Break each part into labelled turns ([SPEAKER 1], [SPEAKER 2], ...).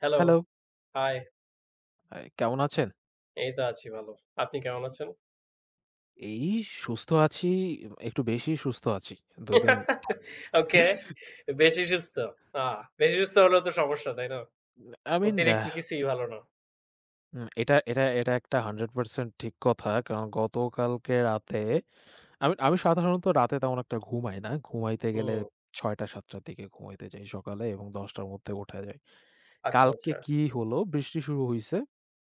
[SPEAKER 1] Hello,
[SPEAKER 2] hello,
[SPEAKER 1] high.
[SPEAKER 2] কেমন আছেন?
[SPEAKER 1] এই তো আছি ভালো। আপনি কেমন আছেন?
[SPEAKER 2] এই সুস্থ আছি, একটু বেশি সুস্থ আছি। ২ দিন।
[SPEAKER 1] ওকে। বেশি সুস্থ। আ বেশি সুস্থ হলেও তো সমস্যা, তাই না?
[SPEAKER 2] I mean,
[SPEAKER 1] অতিরিক্ত
[SPEAKER 2] আহ
[SPEAKER 1] কিছুই ভালো না।
[SPEAKER 2] উম এটা এটা এটা একটা 100% ঠিক কথা। কারণ গতকালকে রাতে আমি আমি সাধারণত রাতে তেমন একটা ঘুমাই না। ঘুমাইতে গেলে
[SPEAKER 1] হুম।
[SPEAKER 2] ৬ঃ০০-৭ঃ০০ র দিকে ঘুমাইতে যাই সকালে এবং ১০ঃ০০ র মধ্যে উঠা যায়।
[SPEAKER 1] আচ্ছা,
[SPEAKER 2] কালকে
[SPEAKER 1] আচ্ছা।
[SPEAKER 2] কি হলো? বৃষ্টি শুরু হইছে।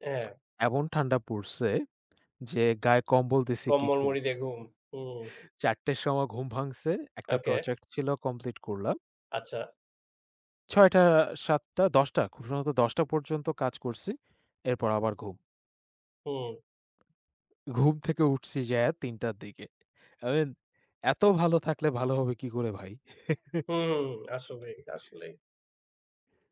[SPEAKER 1] হ্যাঁ,
[SPEAKER 2] এমন ঠান্ডা পড়ছে যে গায়ে কম্বল দিছি কি
[SPEAKER 1] কম্বল
[SPEAKER 2] ঘুম।
[SPEAKER 1] মুড়ি দিয়ে ঘুম। হুম।
[SPEAKER 2] ৪ঃ০০ র সময় ঘুম ভাঙছে। একটা
[SPEAKER 1] ওকে।
[SPEAKER 2] প্রজেক্ট ছিল কমপ্লিট করলাম।
[SPEAKER 1] আচ্ছা।
[SPEAKER 2] ৬টা, ৭টা, ১০টা খুব সম্ভবত ১০টা পর্যন্ত কাজ করছি। এরপর আবার ঘুম।
[SPEAKER 1] হুম,
[SPEAKER 2] ঘুম থেকে উঠছি যাইয়া ৩টার দিকে। I mean, এত ভালো থাকলে ভালো হবে কি করে ভাই?
[SPEAKER 1] হুম, আসলেই, আসলেই।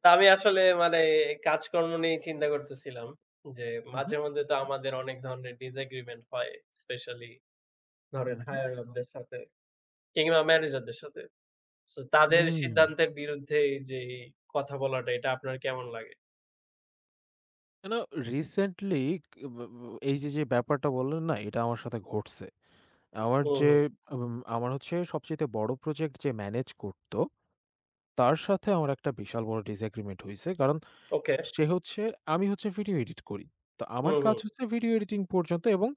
[SPEAKER 1] তো আমি আসলে মানে কাজকর্ম নিয়ে চিন্তা করতেছিলাম যে
[SPEAKER 2] উহু,
[SPEAKER 1] মাঝে মধ্যে তো আমাদের অনেক ধরনের disagreement হয়। স্পেশালি ধরেন
[SPEAKER 2] উহু।
[SPEAKER 1] হায়ার up দের সাথে কিংবা ম্যানেজারদের সাথে। সো তাদের
[SPEAKER 2] হুম।
[SPEAKER 1] সিদ্ধান্তের বিরুদ্ধে এই যে কথা বলাটা এটা আপনার কেমন লাগে?
[SPEAKER 2] কেন রিসেন্টলি ব ব এই যে, যে ব্যাপারটা বললেন না এটা আমার সাথে ঘটছে। আমার
[SPEAKER 1] হুম,
[SPEAKER 2] যে
[SPEAKER 1] হুম।
[SPEAKER 2] উম আমার হচ্ছে সবচাইতে বড় প্রজেক্ট যে ম্যানেজ করত, তার সাথে আমার একটা বিশাল বড় disagreement হইছে। কারণ
[SPEAKER 1] ওকে।
[SPEAKER 2] সে হচ্ছে আমি হচ্ছে ভিডিও এডিট করি। তো আমার
[SPEAKER 1] হুম,
[SPEAKER 2] কাজ
[SPEAKER 1] হুম।
[SPEAKER 2] হচ্ছে ভিডিও এডিটিং পর্যন্ত এবং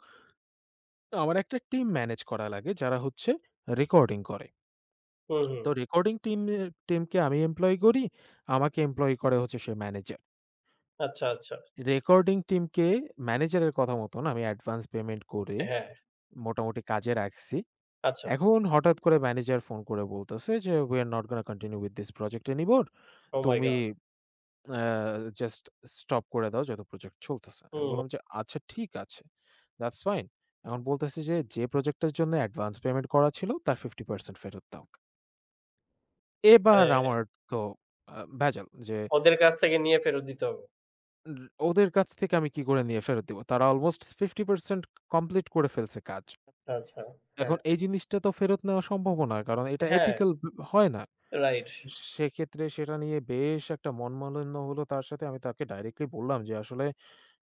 [SPEAKER 2] আমার একটা টিম ম্যানেজ করা লাগে যারা হচ্ছে রেকর্ডিং করে।
[SPEAKER 1] হুম, হুম।
[SPEAKER 2] তো রেকর্ডিং টিমকে আমি এমপ্লয়ি করি। আমাকে এমপ্লয়ি করে হচ্ছে সে ম্যানেজার।
[SPEAKER 1] আচ্ছা, আচ্ছা।
[SPEAKER 2] রেকর্ডিং টিমকে ম্যানেজারের কথা মতন আমি অ্যাডভান্স পেমেন্ট করে
[SPEAKER 1] হ্যাঁ,
[SPEAKER 2] মোটামুটি কাজে রাখছি।
[SPEAKER 1] আচ্ছা।
[SPEAKER 2] এখন হঠাৎ করে ম্যানেজার ফোন করে বলতেছে যে, "We are not gonna continue with this project anymore.
[SPEAKER 1] ওহ মাই
[SPEAKER 2] তুমি
[SPEAKER 1] গড!
[SPEAKER 2] আ জাস্ট স্টপ করে দাও যত প্রজেক্ট চলতেছে।" আমি
[SPEAKER 1] হুম, হুম।
[SPEAKER 2] বললাম যে, "আচ্ছা ঠিক আছে। That's fine." এখন বলতেছে যে, "যে প্রজেক্টের জন্য অ্যাডভান্স পেমেন্ট করা ছিল তার 50% ফেরত দাও।"
[SPEAKER 1] মানে
[SPEAKER 2] এবার আমার তো ভেজাল যে,
[SPEAKER 1] ওদের কাছ থেকে নিয়ে ফেরত দিতে হবে।
[SPEAKER 2] র ওদের কাছ থেকে আমি কি করে নিয়ে ফেরত দিব? তারা অলমোস্ট 50% কমপ্লিট করে ফেলছে কাজ।
[SPEAKER 1] আচ্ছা, হ্যাঁ।
[SPEAKER 2] এখন এই জিনিসটা তো ফেরত নেওয়া সম্ভবও না। কারণ এটা
[SPEAKER 1] হ্যাঁ,
[SPEAKER 2] এথিক্যাল হয় না।
[SPEAKER 1] রাইট।
[SPEAKER 2] সেক্ষেত্রে সেটা নিয়ে বেশ একটা মনমালিন্য হলো তার সাথে। আমি তাকে ডাইরেক্টলি বললাম যে, "আসলে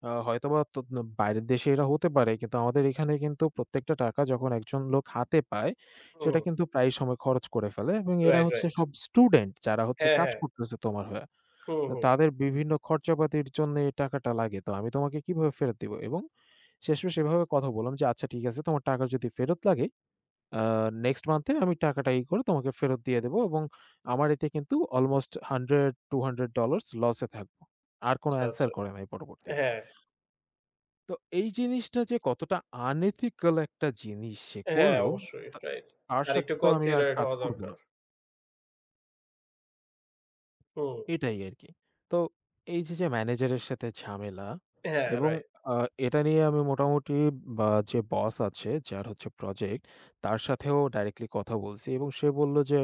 [SPEAKER 2] হয়তোবা তো বাইরের দেশে এটা হতে পারে। কিন্তু আমাদের এখানে কিন্তু প্রত্যেকটা টাকা যখন একজন লোক হাতে পায়,
[SPEAKER 1] হুম,
[SPEAKER 2] সেটা কিন্তু প্রায় সময় খরচ করে ফেলে এবং এরা
[SPEAKER 1] রাইট,
[SPEAKER 2] হচ্ছে
[SPEAKER 1] রাইট।
[SPEAKER 2] সব স্টুডেন্ট যারা হচ্ছে
[SPEAKER 1] হ্যাঁ,
[SPEAKER 2] কাজ
[SPEAKER 1] হ্যাঁ।
[SPEAKER 2] করতেছে তোমার হয়ে।
[SPEAKER 1] হুম,
[SPEAKER 2] তো
[SPEAKER 1] হুম।
[SPEAKER 2] তাদের বিভিন্ন খরচাপাতির জন্য এই টাকাটা লাগে। তো আমি তোমাকে কিভাবে ফেরত দিব?" এবং শেষমেশ এভাবে কথা বললাম যে, "আচ্ছা ঠিক আছে, তোমার টাকা যদি ফেরত লাগে আ নেক্সট মান্থে আমি টাকাটা করে তোমাকে ফেরত দিয়ে দেব এবং আমার এতে কিন্তু অলমোস্ট $100-$200 লসে থাকবো।" আর কোনো
[SPEAKER 1] আচ্ছা,
[SPEAKER 2] অ্যানসার
[SPEAKER 1] আচ্ছা।
[SPEAKER 2] করে নাই পরবর্তীতে।
[SPEAKER 1] হ্যাঁ,
[SPEAKER 2] তো এই জিনিসটা যে কতটা unethical একটা জিনিস সে
[SPEAKER 1] হ্যাঁ,
[SPEAKER 2] করল,
[SPEAKER 1] অবশ্যই।
[SPEAKER 2] তা
[SPEAKER 1] রাইট।
[SPEAKER 2] তার
[SPEAKER 1] আরেকটু
[SPEAKER 2] সাথে তো আমি আর
[SPEAKER 1] কনসিডারেট
[SPEAKER 2] কাজ
[SPEAKER 1] হওয়া
[SPEAKER 2] করব
[SPEAKER 1] দরকার।
[SPEAKER 2] না।
[SPEAKER 1] হুম।
[SPEAKER 2] এটাই আরকি। তো এই যে, যে ম্যানেজারের সাথে ঝামেলা
[SPEAKER 1] হ্যাঁ,
[SPEAKER 2] এবং
[SPEAKER 1] রাইট।
[SPEAKER 2] আ এটা নিয়ে আমি মোটামুটি বা যে বস আছে, যার হচ্ছে প্রজেক্ট, তার সাথেও ডাইরেক্টলি কথা বলছি এবং সে বলল যে,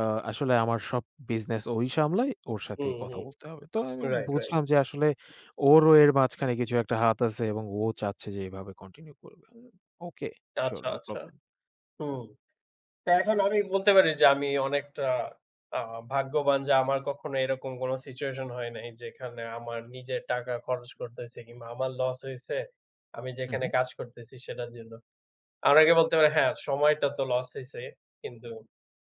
[SPEAKER 2] আ আসলে আমার সব বিজনেস ওই সামলায়, ওর
[SPEAKER 1] হুম,
[SPEAKER 2] সাথেই কথা
[SPEAKER 1] হুম।
[SPEAKER 2] বলতে হবে। তো আমি
[SPEAKER 1] রাইট, রাইট।
[SPEAKER 2] বুঝলাম যে আসলে ওরও এর মাঝখানে কিছু একটা হাত আছে এবং ও চাচ্ছে যে এভাবে কন্টিনিউ করবে। ওকে, সিউর,
[SPEAKER 1] আচ্ছা,
[SPEAKER 2] নো
[SPEAKER 1] আচ্ছা।
[SPEAKER 2] প্রবলেম।
[SPEAKER 1] হুম। তো এখন আমি বলতে পারি যে আমি অনেকটা আ ভাগ্যবান যে আমার কখনো এরকম কোনো সিচুয়েশন হয় নাই যেখানে আমার নিজের টাকা খরচ করতে হইছে কিংবা আমার লস হইছে। আমি
[SPEAKER 2] হু,
[SPEAKER 1] যেখানে
[SPEAKER 2] হু।
[SPEAKER 1] কাজ করতেছি সেটার জন্য। আপনাকে বলতে পারি হ্যাঁ, সময়টা তো লস হইছে। কিন্তু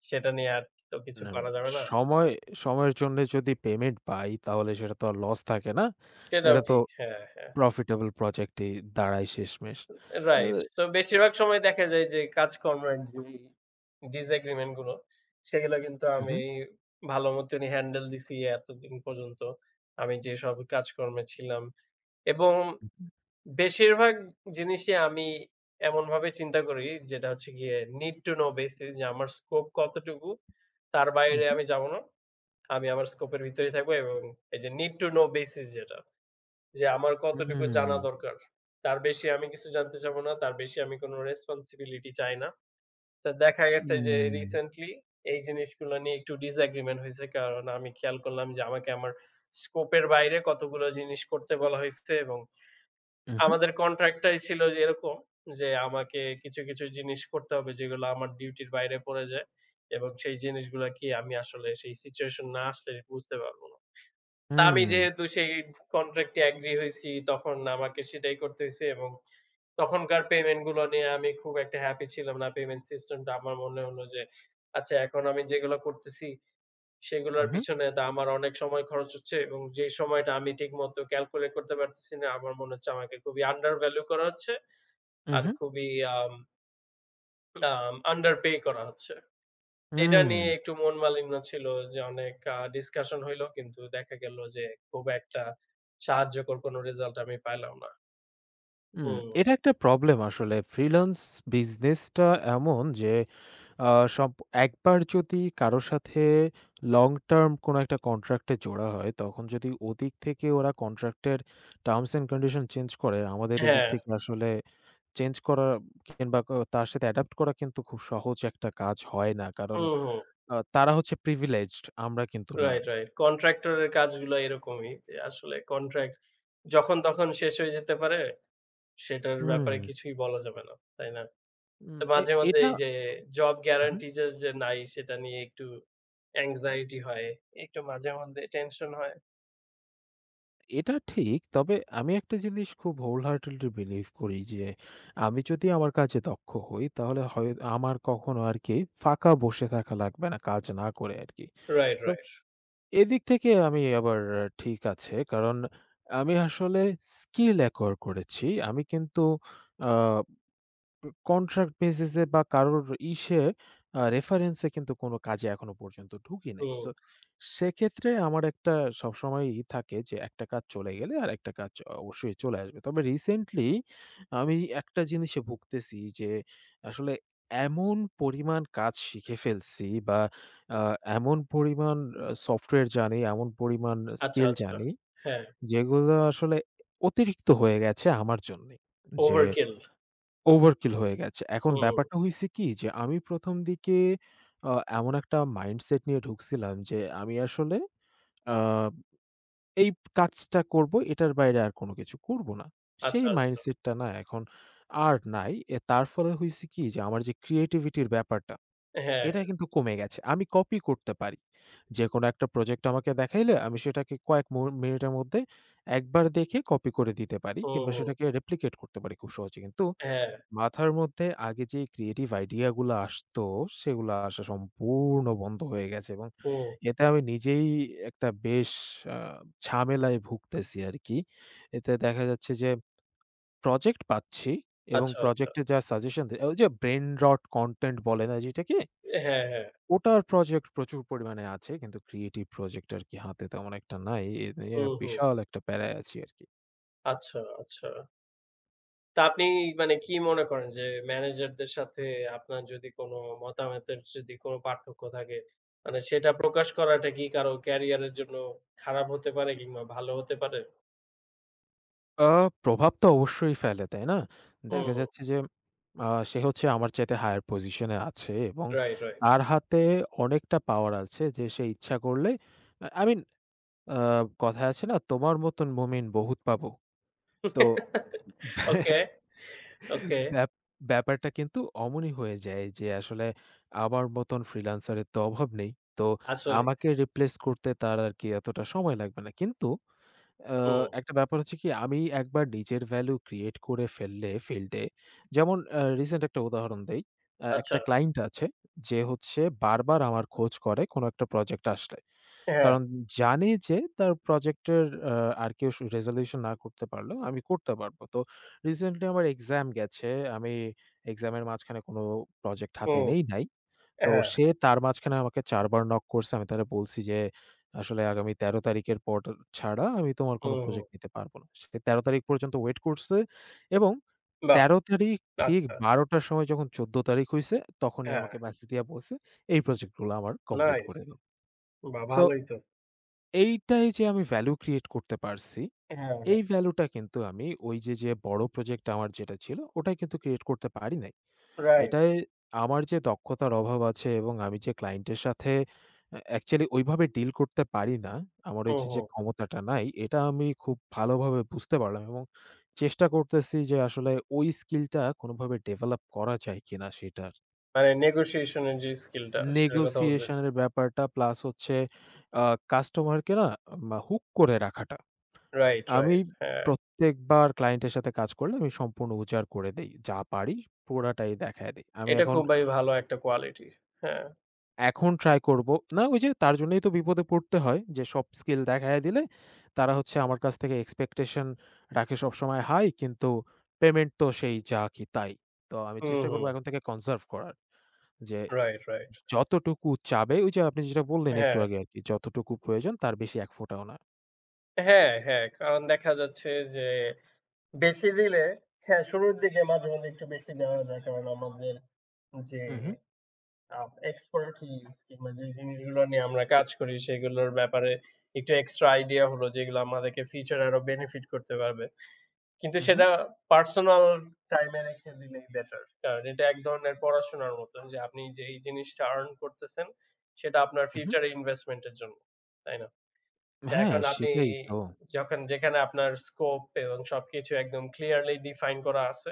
[SPEAKER 1] সেটা নিয়ে আর তো কিছু
[SPEAKER 2] না,
[SPEAKER 1] করা যাবে না।
[SPEAKER 2] সময় সময়ের জন্য যদি পেমেন্ট পাই তাহলে সেটা তো আর লস থাকে না।
[SPEAKER 1] সেটাও
[SPEAKER 2] এটা তো
[SPEAKER 1] ঠিক। হ্যাঁ, হ্যাঁ।
[SPEAKER 2] প্রফিটেবল প্রজেক্টই দাঁড়ায় শেষমেশ। আ
[SPEAKER 1] রাইট। সো বেশিরভাগ সময় দেখা যায় যে কাজকর্মের যেই disagreement গুলো, সেগুলো কিন্তু আমি
[SPEAKER 2] উহু,
[SPEAKER 1] ভালো মতনই হ্যান্ডেল দিছি এতদিন পর্যন্ত। আমি যেসব কাজকর্মে ছিলাম এবং
[SPEAKER 2] উহু,
[SPEAKER 1] বেশিরভাগ জিনিসই আমি এমনভাবে চিন্তা করি যেটা হচ্ছে গিয়ে need to know basis যে আমার স্কোপ কতটুকু, তার বাইরে
[SPEAKER 2] উহু,
[SPEAKER 1] আমি যাব না। আমি আমার স্কোপের ভিতরেই থাকবো এবং এই যে need to know basis যেটা, যে আমার কতটুকু জানা
[SPEAKER 2] উম,
[SPEAKER 1] দরকার। তার বেশি আমি কিছু জানতে চাবো না, তার বেশি আমি কোনো রেসপনসিবিলিটি চাই না। তো দেখা গেছে যে
[SPEAKER 2] উম,
[SPEAKER 1] রিসেন্টলি এই জিনিসগুলো নিয়ে একটু ডিসএগ্রিমেন্ট হইছে। কারণ আমি খেয়াল করলাম যে আমাকে আমার স্কোপের বাইরে কতগুলো জিনিস করতে বলা হইছে এবং
[SPEAKER 2] উহু,
[SPEAKER 1] আমাদের কন্ট্রাক্টটাই ছিল যে এরকম যে আমাকে কিছু জিনিস করতে হবে যেগুলো আমার ডিউটির বাইরে পড়ে যায় এবং সেই জিনিসগুলা কি আমি আসলে সেই সিচুয়েশন না আসলে বুঝতে পারব না। তা আমি
[SPEAKER 2] উম,
[SPEAKER 1] যেহেতু সেই কন্ট্রাক্টে এগ্রি হইছি, তখন আমাকে সেটাই করতে হইছে এবং তখনকার পেমেন্ট গুলো নিয়ে আমি খুব একটা হ্যাপি ছিলাম না। পেমেন্ট সিস্টেমটা আমার মনে হলো যে, আচ্ছা এখন আমি যেগুলো করতেছি, সেগুলোর
[SPEAKER 2] উহু,
[SPEAKER 1] পিছনে তো আমার অনেক সময় খরচ হচ্ছে এবং যে সময়টা আমি ঠিকমতো ক্যালকুলেট করতে পারতেছি না, আমার মনে হচ্ছে আমাকে খুবই আন্ডার ভ্যালু করা হচ্ছে। আর
[SPEAKER 2] উহু,
[SPEAKER 1] খুবই আম আম আন্ডার পে করা হচ্ছে। এটা নিয়ে
[SPEAKER 2] উম,
[SPEAKER 1] একটু মন মালিন্য ছিল যে অনেক ডিসকাশন হইলো কিন্তু দেখা গেল যে খুব একটা সাহায্যকর কোনো রেজাল্ট আমি পাইলাম না।
[SPEAKER 2] উম।
[SPEAKER 1] হুম,
[SPEAKER 2] এটা একটা প্রবলেম আসলে। ফ্রিল্যান্স বিজনেসটা এমন যে আ সব একবার যদি কারো সাথে লং টার্ম কোনো একটা কন্ট্রাক্ট এ জোড়া হয়, তখন যদি ওদিক থেকে ওরা কন্ট্রাক্ট এর টার্মস এন্ড কন্ডিশন চেঞ্জ করে, আমাদের এদিক
[SPEAKER 1] হ্যাঁ,
[SPEAKER 2] থেকে আসলে চেঞ্জ করা কিংবা তার সাথে অ্যাডাপ্ট করা কিন্তু খুব সহজ একটা কাজ হয় না। কারণ
[SPEAKER 1] হুম, হুম।
[SPEAKER 2] তারা হচ্ছে প্রিভিলেজড, আমরা কিন্তু না।
[SPEAKER 1] Right, right. কন্ট্রাক্টর এর কাজগুলো এরকমই যে আসলে কন্ট্রাক্ট যখন তখন শেষ হয়ে যেতে পারে সেটার
[SPEAKER 2] হুম,
[SPEAKER 1] ব্যাপারে কিছুই বলা যাবে না। তাই না?
[SPEAKER 2] হুম,
[SPEAKER 1] তো মাঝে মধ্যে
[SPEAKER 2] এটা
[SPEAKER 1] এই যে জব
[SPEAKER 2] হুম।
[SPEAKER 1] গ্যারান্টি যে নাই সেটা নিয়ে একটু anxiety হয়। একটু মাঝে মধ্যে টেনশন হয়।
[SPEAKER 2] এটা ঠিক। তবে আমি একটা জিনিস খুব whole heartedly believe করি যে, আমি যদি আমার কাজে দক্ষ হই, তাহলে হয় আমার কখনো আরকি ফাঁকা বসে থাকা লাগবে না, কাজ না করে আরকি।
[SPEAKER 1] রাইট,
[SPEAKER 2] তো
[SPEAKER 1] রাইট।
[SPEAKER 2] এদিক থেকে আমি আবার ঠিক আছে। কারণ আমি আসলে স্কিল অ্যাকোয়ার করেছি। আমি কিন্তু আ কন্ট্রাক্ট বেসিস এ বা কারোর ইসে আ রেফারেন্স এ কিন্তু কোনো কাজে এখনো পর্যন্ত ঢুকি নাই।
[SPEAKER 1] হুম।
[SPEAKER 2] সো সেক্ষেত্রে আমার একটা সবসময়ই থাকে যে একটা কাজ চলে গেলে আরেকটা কাজ অবশ্যই চলে আসবে। তবে রিসেন্টলি আমি একটা জিনিসে ভুগতেছি যে আসলে এমন পরিমাণ কাজ শিখে ফেলছি বা আ এমন পরিমাণ সফটওয়্যার জানি, এমন পরিমাণ
[SPEAKER 1] আচ্ছা,
[SPEAKER 2] স্কিল
[SPEAKER 1] আচ্ছা।
[SPEAKER 2] জানি
[SPEAKER 1] হ্যাঁ,
[SPEAKER 2] যেগুলো আসলে অতিরিক্ত হয়ে গেছে আমার জন্যে। যে
[SPEAKER 1] ওভারকিল।
[SPEAKER 2] ওভারকিল হয়ে গেছে। এখন
[SPEAKER 1] হুম,
[SPEAKER 2] ব্যাপারটা হইছে কি যে আমি ১ম দিকে আ এমন একটা মাইন্ডসেট নিয়ে ঢুকছিলাম যে আমি আসলে আ এই কাজটা করব, এটার বাইরে আর কোন কিছু করব না।
[SPEAKER 1] আচ্ছা,
[SPEAKER 2] সেই
[SPEAKER 1] আচ্ছা।
[SPEAKER 2] মাইন্ডসেটটা না এখন আর নাই। তার ফলে হইছে কি যে আমার যে ক্রিয়েটিভিটির ব্যাপারটা,
[SPEAKER 1] হ্যাঁ,
[SPEAKER 2] এটা
[SPEAKER 1] হ্যাঁ,
[SPEAKER 2] কিন্তু কমে গেছে। আমি কপি করতে পারি। যেকোনো একটা প্রজেক্ট আমাকে দেখাইলে আমি সেটাকে কয়েক মিনিটের মধ্যে একবার দেখে কপি করে দিতে পারি
[SPEAKER 1] হুম,
[SPEAKER 2] কিংবা
[SPEAKER 1] হুম।
[SPEAKER 2] সেটাকে রেপ্লিকেট করতে পারি খুব সহজে। কিন্তু
[SPEAKER 1] হ্যাঁ,
[SPEAKER 2] মাথার মধ্যে আগে যে ক্রিয়েটিভ আইডিয়া গুলা আসতো, সেগুলা আসা সম্পূর্ণ বন্ধ হয়ে গেছে এবং
[SPEAKER 1] হুম।
[SPEAKER 2] এতে আমি নিজেই একটা বেশ আ ঝামেলায় ভুগতেছি আরকি। এতে দেখা যাচ্ছে যে প্রজেক্ট পাচ্ছি এবং
[SPEAKER 1] আচ্ছা, আচ্ছা।
[SPEAKER 2] প্রজেক্টে যা সাজেশন দেয় ওই যে ব্রেইন রট কনটেন্ট বলে না যেটাকে?
[SPEAKER 1] হ্যাঁ, হ্যাঁ।
[SPEAKER 2] ওটার প্রজেক্ট প্রচুর পরিমাণে আছে। কিন্তু ক্রিয়েটিভ প্রজেক্ট আরকি হাতে তেমন একটা নাই। এ নিয়ে
[SPEAKER 1] হুম, হুম।
[SPEAKER 2] বিশাল একটা প্যারায় আছি আরকি।
[SPEAKER 1] আচ্ছা, আচ্ছা। তা আপনি মানে কি মনে করেন যে ম্যানেজারদের সাথে আপনার যদি কোনো মতামতের যদি কোনো পার্থক্য থাকে, মানে সেটা প্রকাশ করাটা কি কারো ক্যারিয়ারের জন্য খারাপ হতে পারে কিংবা ভালো হতে পারে?
[SPEAKER 2] আ প্রভাব তো অবশ্যই ফেলে, তাই না?
[SPEAKER 1] হুম,
[SPEAKER 2] দেখা
[SPEAKER 1] হুম।
[SPEAKER 2] যাচ্ছে যে আ সে হচ্ছে আমার চাইতে হায়ার পজিশন এ আছে এবং
[SPEAKER 1] রাইট, রাইট।
[SPEAKER 2] তার হাতে অনেকটা পাওয়ার আছে যে সে ইচ্ছা করলে আই মিন, আ কথায় আছে না তোমার মতন মুমিন বহুত পাবো। তো ব্যা-
[SPEAKER 1] ওকে, ওকে।
[SPEAKER 2] ব্যাপ ব্যাপারটা কিন্তু অমনই হয়ে যায় যে আসলে আমার মতন ফ্রিল্যান্সার এর তো অভাব নেই। তো
[SPEAKER 1] আসলেই।
[SPEAKER 2] আমাকে রিপ্লেস করতে তার আরকি এতটা সময় লাগবে না। কিন্তু আ
[SPEAKER 1] হুম।
[SPEAKER 2] একটা ব্যাপার হচ্ছে কি আমি একবার নিজের ভ্যালু ক্রিয়েট করে ফেললে ফিল্ডে যেমন রিসেন্ট একটা উদাহরণ দেই।
[SPEAKER 1] আচ্ছা।
[SPEAKER 2] একটা ক্লায়েন্ট আছে যে হচ্ছে বারবার আমার খোঁজ করে কোনো একটা প্রজেক্ট আসলে।
[SPEAKER 1] হ্যাঁ,
[SPEAKER 2] কারণ জানে যে তার প্রজেক্টের আ আর কেউ রেজোলিউশন না করতে পারলেও আমি করতে পারবো। তো রিসেন্টলি আমার এক্সাম গেছে। আমি এক্সামের মাঝখানে কোনো প্রজেক্ট হাতে
[SPEAKER 1] হুম,
[SPEAKER 2] নেই নাই। তো
[SPEAKER 1] হ্যাঁ,
[SPEAKER 2] সে তার মাঝখানে আমাকে ৪ বার নক করছে। আমি তারে বলছি যে, "আসলে আগামী ১৩ তারিখের পর ছাড়া আমি তোমার কোনো
[SPEAKER 1] হুম, হুম।
[SPEAKER 2] প্রজেক্ট নিতে পারব না।" সে ১৩ তারিখ পর্যন্ত ওয়েট করছে এবং
[SPEAKER 1] বাহ!
[SPEAKER 2] ১৩ তারিখ ঠিক
[SPEAKER 1] আচ্ছা,
[SPEAKER 2] ১২ঃ০০ র সময় যখন ১৪ তারিখ হইছে, তখনই
[SPEAKER 1] হ্যাঁ।
[SPEAKER 2] আমাকে মেসেজ দিয়া বলছে, "এই প্রজেক্টগুলো আমার কমপ্লিট
[SPEAKER 1] নাইস!
[SPEAKER 2] করে দাও।"
[SPEAKER 1] বাহ!
[SPEAKER 2] সো
[SPEAKER 1] ভালোই তো।
[SPEAKER 2] এইটাই যে আমি ভ্যালু ক্রিয়েট করতে পারছি,
[SPEAKER 1] হ্যাঁ, হ্যাঁ।
[SPEAKER 2] এই ভ্যালুটা কিন্তু আমি ওই যে, যে বড় প্রজেক্ট আমার যেটা ছিল, ওটাই কিন্তু ক্রিয়েট করতে পারি নাই।
[SPEAKER 1] রাইট।
[SPEAKER 2] এটাই আমার যে দক্ষতার অভাব আছে এবং আমি যে ক্লায়েন্টের সাথে অ্যাকচুয়ালি ওইভাবে ডিল করতে পারি না। আমার ওই
[SPEAKER 1] হুম,
[SPEAKER 2] যে, যে
[SPEAKER 1] হুম।
[SPEAKER 2] ক্ষমতাটা নাই, এটা আমি খুব ভালোভাবে বুঝতে পারলাম এবং চেষ্টা করতেছি যে আসলে ওই স্কিলটা কোনোভাবে ডেভেলপ করা যায় কিনা সেটার।
[SPEAKER 1] মানে নেগোশিয়েশন এর যে স্কিলটা সেটার কথা বলছেন।
[SPEAKER 2] নেগোসিয়েশন এর ব্যাপারটা প্লাস হচ্ছে আ কাস্টমারকে না হুক করে রাখাটা।
[SPEAKER 1] রাইট,
[SPEAKER 2] আমি
[SPEAKER 1] রাইট। হ্যাঁ,
[SPEAKER 2] প্রত্যেকবার ক্লায়েন্টের সাথে কাজ করলে আমি সম্পূর্ণ উজাড় করে দেই। যা পারি পুরাটাই দেখায় দেই। আমি
[SPEAKER 1] এটা
[SPEAKER 2] এখন
[SPEAKER 1] খুবই ভালো একটা কোয়ালিটি। হ্যাঁ।
[SPEAKER 2] এখন ট্রাই করব। না ওই যে তার জন্যই তো বিপদে পড়তে হয় যে সব স্কিল দেখাইয়া দিলে তারা হচ্ছে আমার কাছ থেকে এক্সপেকটেশন রাখে সবসময় হাই কিন্তু পেমেন্ট তো সেই যা কি তাই। তো আমি
[SPEAKER 1] হুম,
[SPEAKER 2] চেষ্টা
[SPEAKER 1] হুম।
[SPEAKER 2] করব এখন থেকে কনসার্ভ করার। যে
[SPEAKER 1] রাইট, রাইট।
[SPEAKER 2] যতটুকু চাবে ওই যে আপনি যেটা বললেন একটু
[SPEAKER 1] হ্যাঁ।
[SPEAKER 2] আগে আরকি যতটুকু প্রয়োজন তার বেশি এক ফোঁটাও না।
[SPEAKER 1] হ্যাঁ, হ্যাঁ। কারণ দেখা যাচ্ছে যে বেশি দিলে হ্যাঁ, শুরুর দিকে মাঝে মাঝে একটু বেশি দেওয়া যায়। কারণ আমাদের যে
[SPEAKER 2] উহু,
[SPEAKER 1] আ এক্সপার্টিস কিংবা যে জিনিসগুলো নিয়ে আমরা কাজ করি সেগুলোর ব্যাপারে একটু এক্সট্রা আইডিয়া হলো যেগুলো আমাদেরকে ফিউচার এ আরো বেনিফিট করতে পারবে। কিন্তু
[SPEAKER 2] উহু,
[SPEAKER 1] সেটা পার্সোনাল টাইম এ রেখে দিলেই বেটার। কারণ এটা এক ধরনের পড়াশোনার মতন যে আপনি যেই জিনিসটা আর্ন করতেছেন সেটা আপনার
[SPEAKER 2] উহু।
[SPEAKER 1] ফিউচার ইনভেস্টমেন্ট এর জন্য। তাই না? তো
[SPEAKER 2] হ্যাঁ,
[SPEAKER 1] এখন আপনি
[SPEAKER 2] সেটাই তো।
[SPEAKER 1] যখন যেখানে আপনার স্কোপ এবং সবকিছু একদম ক্লিয়ারলি ডিফাইন করা আছে,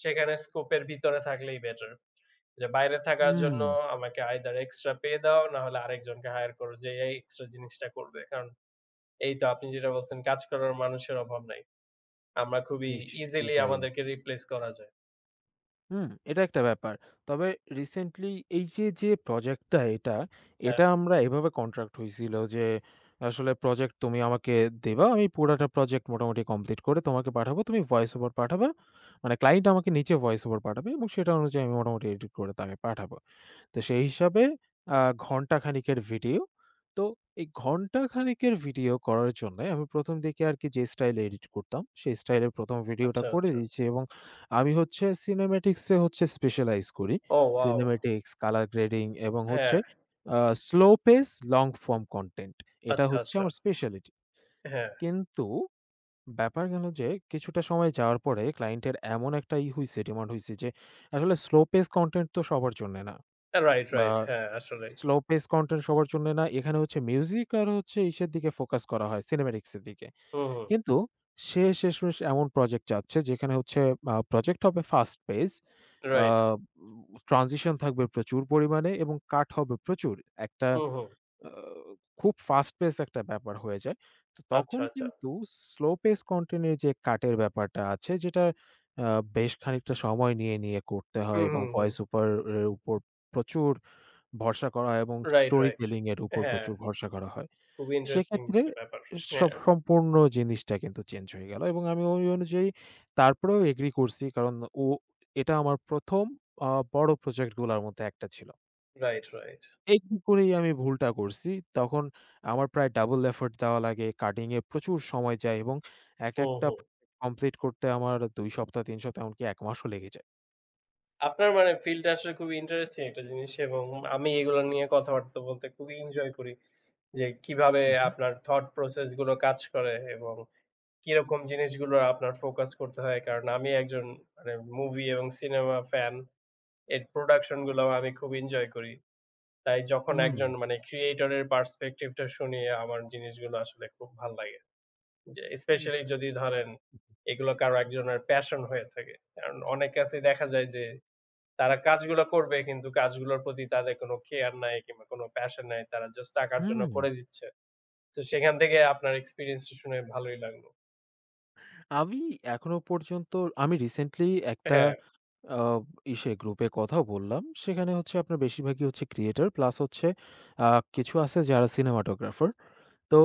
[SPEAKER 1] সেখানে স্কোপের ভিতরে থাকলেই বেটার। যে বাইরে থাকার
[SPEAKER 2] হুম,
[SPEAKER 1] জন্য আমাকে আইদার এক্সট্রা পে দাও না হলে আরেকজনকে হায়ার করো যে এই এক্সট্রা জিনিসটা করবে। কারণ এই তো আপনি যেটা বলছেন কাজ করার মানুষের অভাব নাই। আমরা খুবই
[SPEAKER 2] ইস!
[SPEAKER 1] ইজিলি
[SPEAKER 2] সেটাই।
[SPEAKER 1] আমাদেরকে রিপ্লেস করা যায়।
[SPEAKER 2] হুম, এটা একটা ব্যাপার। তবে রিসেন্টলি এই যে, যে প্রজেক্টটা এটা,
[SPEAKER 1] হ্যাঁ,
[SPEAKER 2] এটা আমরা এভাবে কন্ট্রাক্ট হইছিল যে, আসলে প্রজেক্ট তুমি আমাকে দিবা। আমি পুরাটা প্রজেক্ট মোটামুটি কমপ্লিট করে তোমাকে পাঠাবো। তুমি ভয়েস ওভার পাঠাবা। মানে ক্লায়েন্ট আমাকে নিচে ভয়েস ওভার পাঠাবে এবং সেটা অনুযায়ী আমি মোটামুটি এডিট করে তাকে পাঠাবো। তো সেই হিসাবে আ ঘন্টা খানেকের ভিডিও। তো এই ঘন্টা খানেকের ভিডিও করার জন্যে আমি ১ম দিকে আরকি যে স্টাইলে এডিট করতাম, সেই স্টাইলে ১ম ভিডিওটা
[SPEAKER 1] আচ্ছা,
[SPEAKER 2] করে
[SPEAKER 1] আচ্ছা।
[SPEAKER 2] দিয়েছি এবং আমি হচ্ছে cinematics এ হচ্ছে স্পেশালাইজ করি।
[SPEAKER 1] ও ওয়াও!
[SPEAKER 2] Cinematics, color grading এবং
[SPEAKER 1] হ্যাঁ,
[SPEAKER 2] হচ্ছে আ slow pace, long form content এটা
[SPEAKER 1] আচ্ছা,
[SPEAKER 2] হচ্ছে
[SPEAKER 1] আচ্ছা।
[SPEAKER 2] আমার স্পেশালিটি।
[SPEAKER 1] হ্যাঁ,
[SPEAKER 2] কিন্তু ব্যাপার গেল যে কিছুটা সময় যাওয়ার পরে ক্লায়েন্টের এমন একটা হইছে, ডিমান্ড হইছে যে আসলে স্লো পেস কনটেন্ট তো সবার জন্যে না
[SPEAKER 1] রাইট,
[SPEAKER 2] বা
[SPEAKER 1] রাইট। হ্যাঁ, আসলেই।
[SPEAKER 2] স্লো পেস কনটেন্ট সবার জন্য না। এখানে হচ্ছে মিউজিক আর হচ্ছে ইসের দিকে ফোকাস করা হয়, সিনেমেটিক্স এর দিকে।
[SPEAKER 1] হুম, হুম।
[SPEAKER 2] কিন্তু সে শেষমেষ এমন প্রজেক্ট চাচ্ছে যেখানে হচ্ছে প্রজেক্ট হবে ফাস্ট পেস। আ
[SPEAKER 1] রাইট।
[SPEAKER 2] ট্রানজিশন থাকবে প্রচুর পরিমাণে এবং কাট হবে প্রচুর। একটা
[SPEAKER 1] হুম, হুম।
[SPEAKER 2] আ খুব ফাস্ট পেস একটা ব্যাপার হয়ে যায়। তো
[SPEAKER 1] আচ্ছা,
[SPEAKER 2] তখন
[SPEAKER 1] আচ্ছা।
[SPEAKER 2] কিন্তু স্লো পেস কনটেন্ট এর যে কাটের ব্যাপারটা আছে যেটা আ বেশ খানিকটা সময় নিয়ে, নিয়ে করতে হয়
[SPEAKER 1] হুম,
[SPEAKER 2] এবং
[SPEAKER 1] হুম, হুম।
[SPEAKER 2] ভয়েস ওভার এর উপর প্রচুর ভরসা করা হয় এবং
[SPEAKER 1] রাইট,
[SPEAKER 2] স্টোরি
[SPEAKER 1] রাইট।
[SPEAKER 2] টেলিং এর উপর
[SPEAKER 1] হ্যাঁ,
[SPEAKER 2] প্রচুর ভরসা করা হয়।
[SPEAKER 1] খুবই ইন্টারেস্টিং
[SPEAKER 2] সেক্ষেত্রে
[SPEAKER 1] একটা ব্যাপার। হ্যাঁ,
[SPEAKER 2] সব সম্পূর্ণ জিনিসটা কিন্তু চেঞ্জ হয়ে গেল এবং আমি ওই অনুযায়ী তারপরেও এগ্রি করছি। কারণ ও এটা আমার ১ম আ বড় প্রজেক্ট গুলার মধ্যে একটা ছিল।
[SPEAKER 1] Right, right.
[SPEAKER 2] এগ্রি করেই আমি ভুলটা করছি। তখন আমার প্রায় ডাবল এফোর্ট দেওয়া লাগে। কাটিং এ প্রচুর সময় যায় এবং
[SPEAKER 1] হুম,
[SPEAKER 2] একেকটা
[SPEAKER 1] হুম।
[SPEAKER 2] কমপ্লিট করতে আমার ২ সপ্তাহ ৩ সপ্তাহ এমনকি ১ মাসও লেগে যায়।
[SPEAKER 1] আপনার মানে ফিল্ডটা আসলে খুবই ইন্টারেস্টিং একটা জিনিস এবং আমি এগুলো নিয়ে কথাবার্তা বলতে খুবই এনজয় করি। যে কিভাবে
[SPEAKER 2] হু, হু।
[SPEAKER 1] আপনার থট প্রসেস গুলো কাজ করে এবং কিরকম জিনিসগুলো আপনার ফোকাস করতে হয়? কারণ আমি একজন মানে মুভি এবং সিনেমা ফ্যান। এর প্রোডাকশন গুলাও আমি খুব এনজয় করি। তাই যখন
[SPEAKER 2] হুম।
[SPEAKER 1] একজন মানে ক্রিয়েটর এর পার্সপেক্টিভ টা শুনি, আমার জিনিসগুলো আসলে খুব ভাল লাগে। যে
[SPEAKER 2] হুম।
[SPEAKER 1] স্পেশালি যদি ধরেন এগুলো কারো একজনের প্যাশন হয়ে থাকে। কারণ অনেক কাছেই দেখা যায় যে তারা কাজগুলো করবে কিন্তু কাজগুলোর প্রতি তাদের কোনো কেয়ার নাই কিংবা কোনো প্যাশন নাই। তারা জাস্ট টাকার জন্য
[SPEAKER 2] হুম।
[SPEAKER 1] করে দিচ্ছে। তো সেখান থেকে আপনার এক্সপেরিয়েন্স টা শুনে ভালোই লাগলো।
[SPEAKER 2] আমি এখনো পর্যন্ত আমি রিসেন্টলি একটা
[SPEAKER 1] হ্যাঁ,
[SPEAKER 2] আ ইসে গ্রুপে কথা বললাম। সেখানে হচ্ছে আপনার বেশিরভাগই হচ্ছে ক্রিয়েটর প্লাস হচ্ছে আ কিছু আছে যারা সিনেমাটোগ্রাফার। তো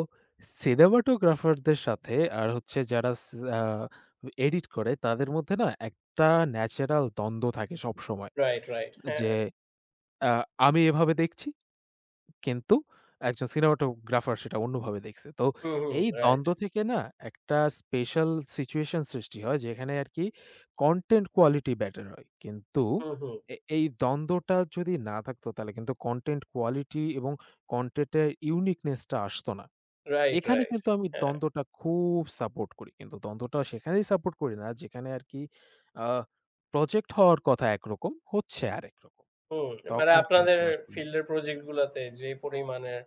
[SPEAKER 2] সিনেমাটোগ্রাফারদের সাথে আর হচ্ছে যারা স আ এডিট করে তাদের মধ্যে না একটা ন্যাচারাল দ্বন্দ্ব থাকে সবসময়।
[SPEAKER 1] Right, right. হ্যাঁ।
[SPEAKER 2] যে আ আমি এভাবে দেখছি কিন্তু একজন সিনেমাটোগ্রাফার সেটা অন্যভাবে দেখছে। তো
[SPEAKER 1] হুম, হুম,
[SPEAKER 2] এই
[SPEAKER 1] রাইট।
[SPEAKER 2] দ্বন্দ্ব থেকে না একটা স্পেশাল সিচুয়েশন সৃষ্টি হয় যেখানে আরকি কনটেন্ট কোয়ালিটি বেটার হয়। কিন্তু
[SPEAKER 1] হুম, হুম।
[SPEAKER 2] এই দ্বন্দ্বটা যদি না থাকতো তাহলে কিন্তু কনটেন্ট কোয়ালিটি এবং কনটেন্টের ইউনিকনেস টা আসতো না।
[SPEAKER 1] রাইট,
[SPEAKER 2] এখানে
[SPEAKER 1] রাইট।
[SPEAKER 2] কিন্তু আমি
[SPEAKER 1] হ্যাঁ,
[SPEAKER 2] দ্বন্দ্বটা খুব সাপোর্ট করি। কিন্তু দ্বন্দ্বটা সেখানেই সাপোর্ট করি না যেখানে আরকি আ প্রজেক্ট হওয়ার কথা একরকম, হচ্ছে আরেক রকম।
[SPEAKER 1] হুম। মানে
[SPEAKER 2] তখন
[SPEAKER 1] আপনাদের
[SPEAKER 2] কিন্তু আসলে
[SPEAKER 1] ফিল্ডের প্রজেক্ট গুলাতে যে পরিমাণের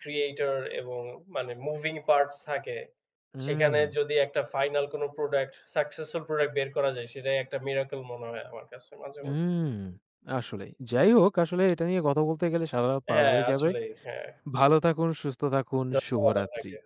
[SPEAKER 1] ক্রিয়েটর এবং মানে মুভিং পার্টস থাকে,
[SPEAKER 2] হুম।
[SPEAKER 1] সেখানে যদি একটা ফাইনাল কোন প্রোডাক্ট সাকসেসফুল প্রোডাক্ট বের করা যায়, সেটাই একটা মিরাকল মনে হয় আমার কাছে মাঝে মধ্যে।
[SPEAKER 2] হুম, আসলেই। যাই হোক, আসলে এটা নিয়ে কথা বলতে গেলে সারা রাত পার
[SPEAKER 1] হ্যাঁ,
[SPEAKER 2] হয়ে যাবে।
[SPEAKER 1] আসলেই। হ্যাঁ।
[SPEAKER 2] ভালো থাকুন, সুস্থ থাকুন,
[SPEAKER 1] ধন্যবাদ
[SPEAKER 2] শুভরাত্রি।
[SPEAKER 1] আপনাকে।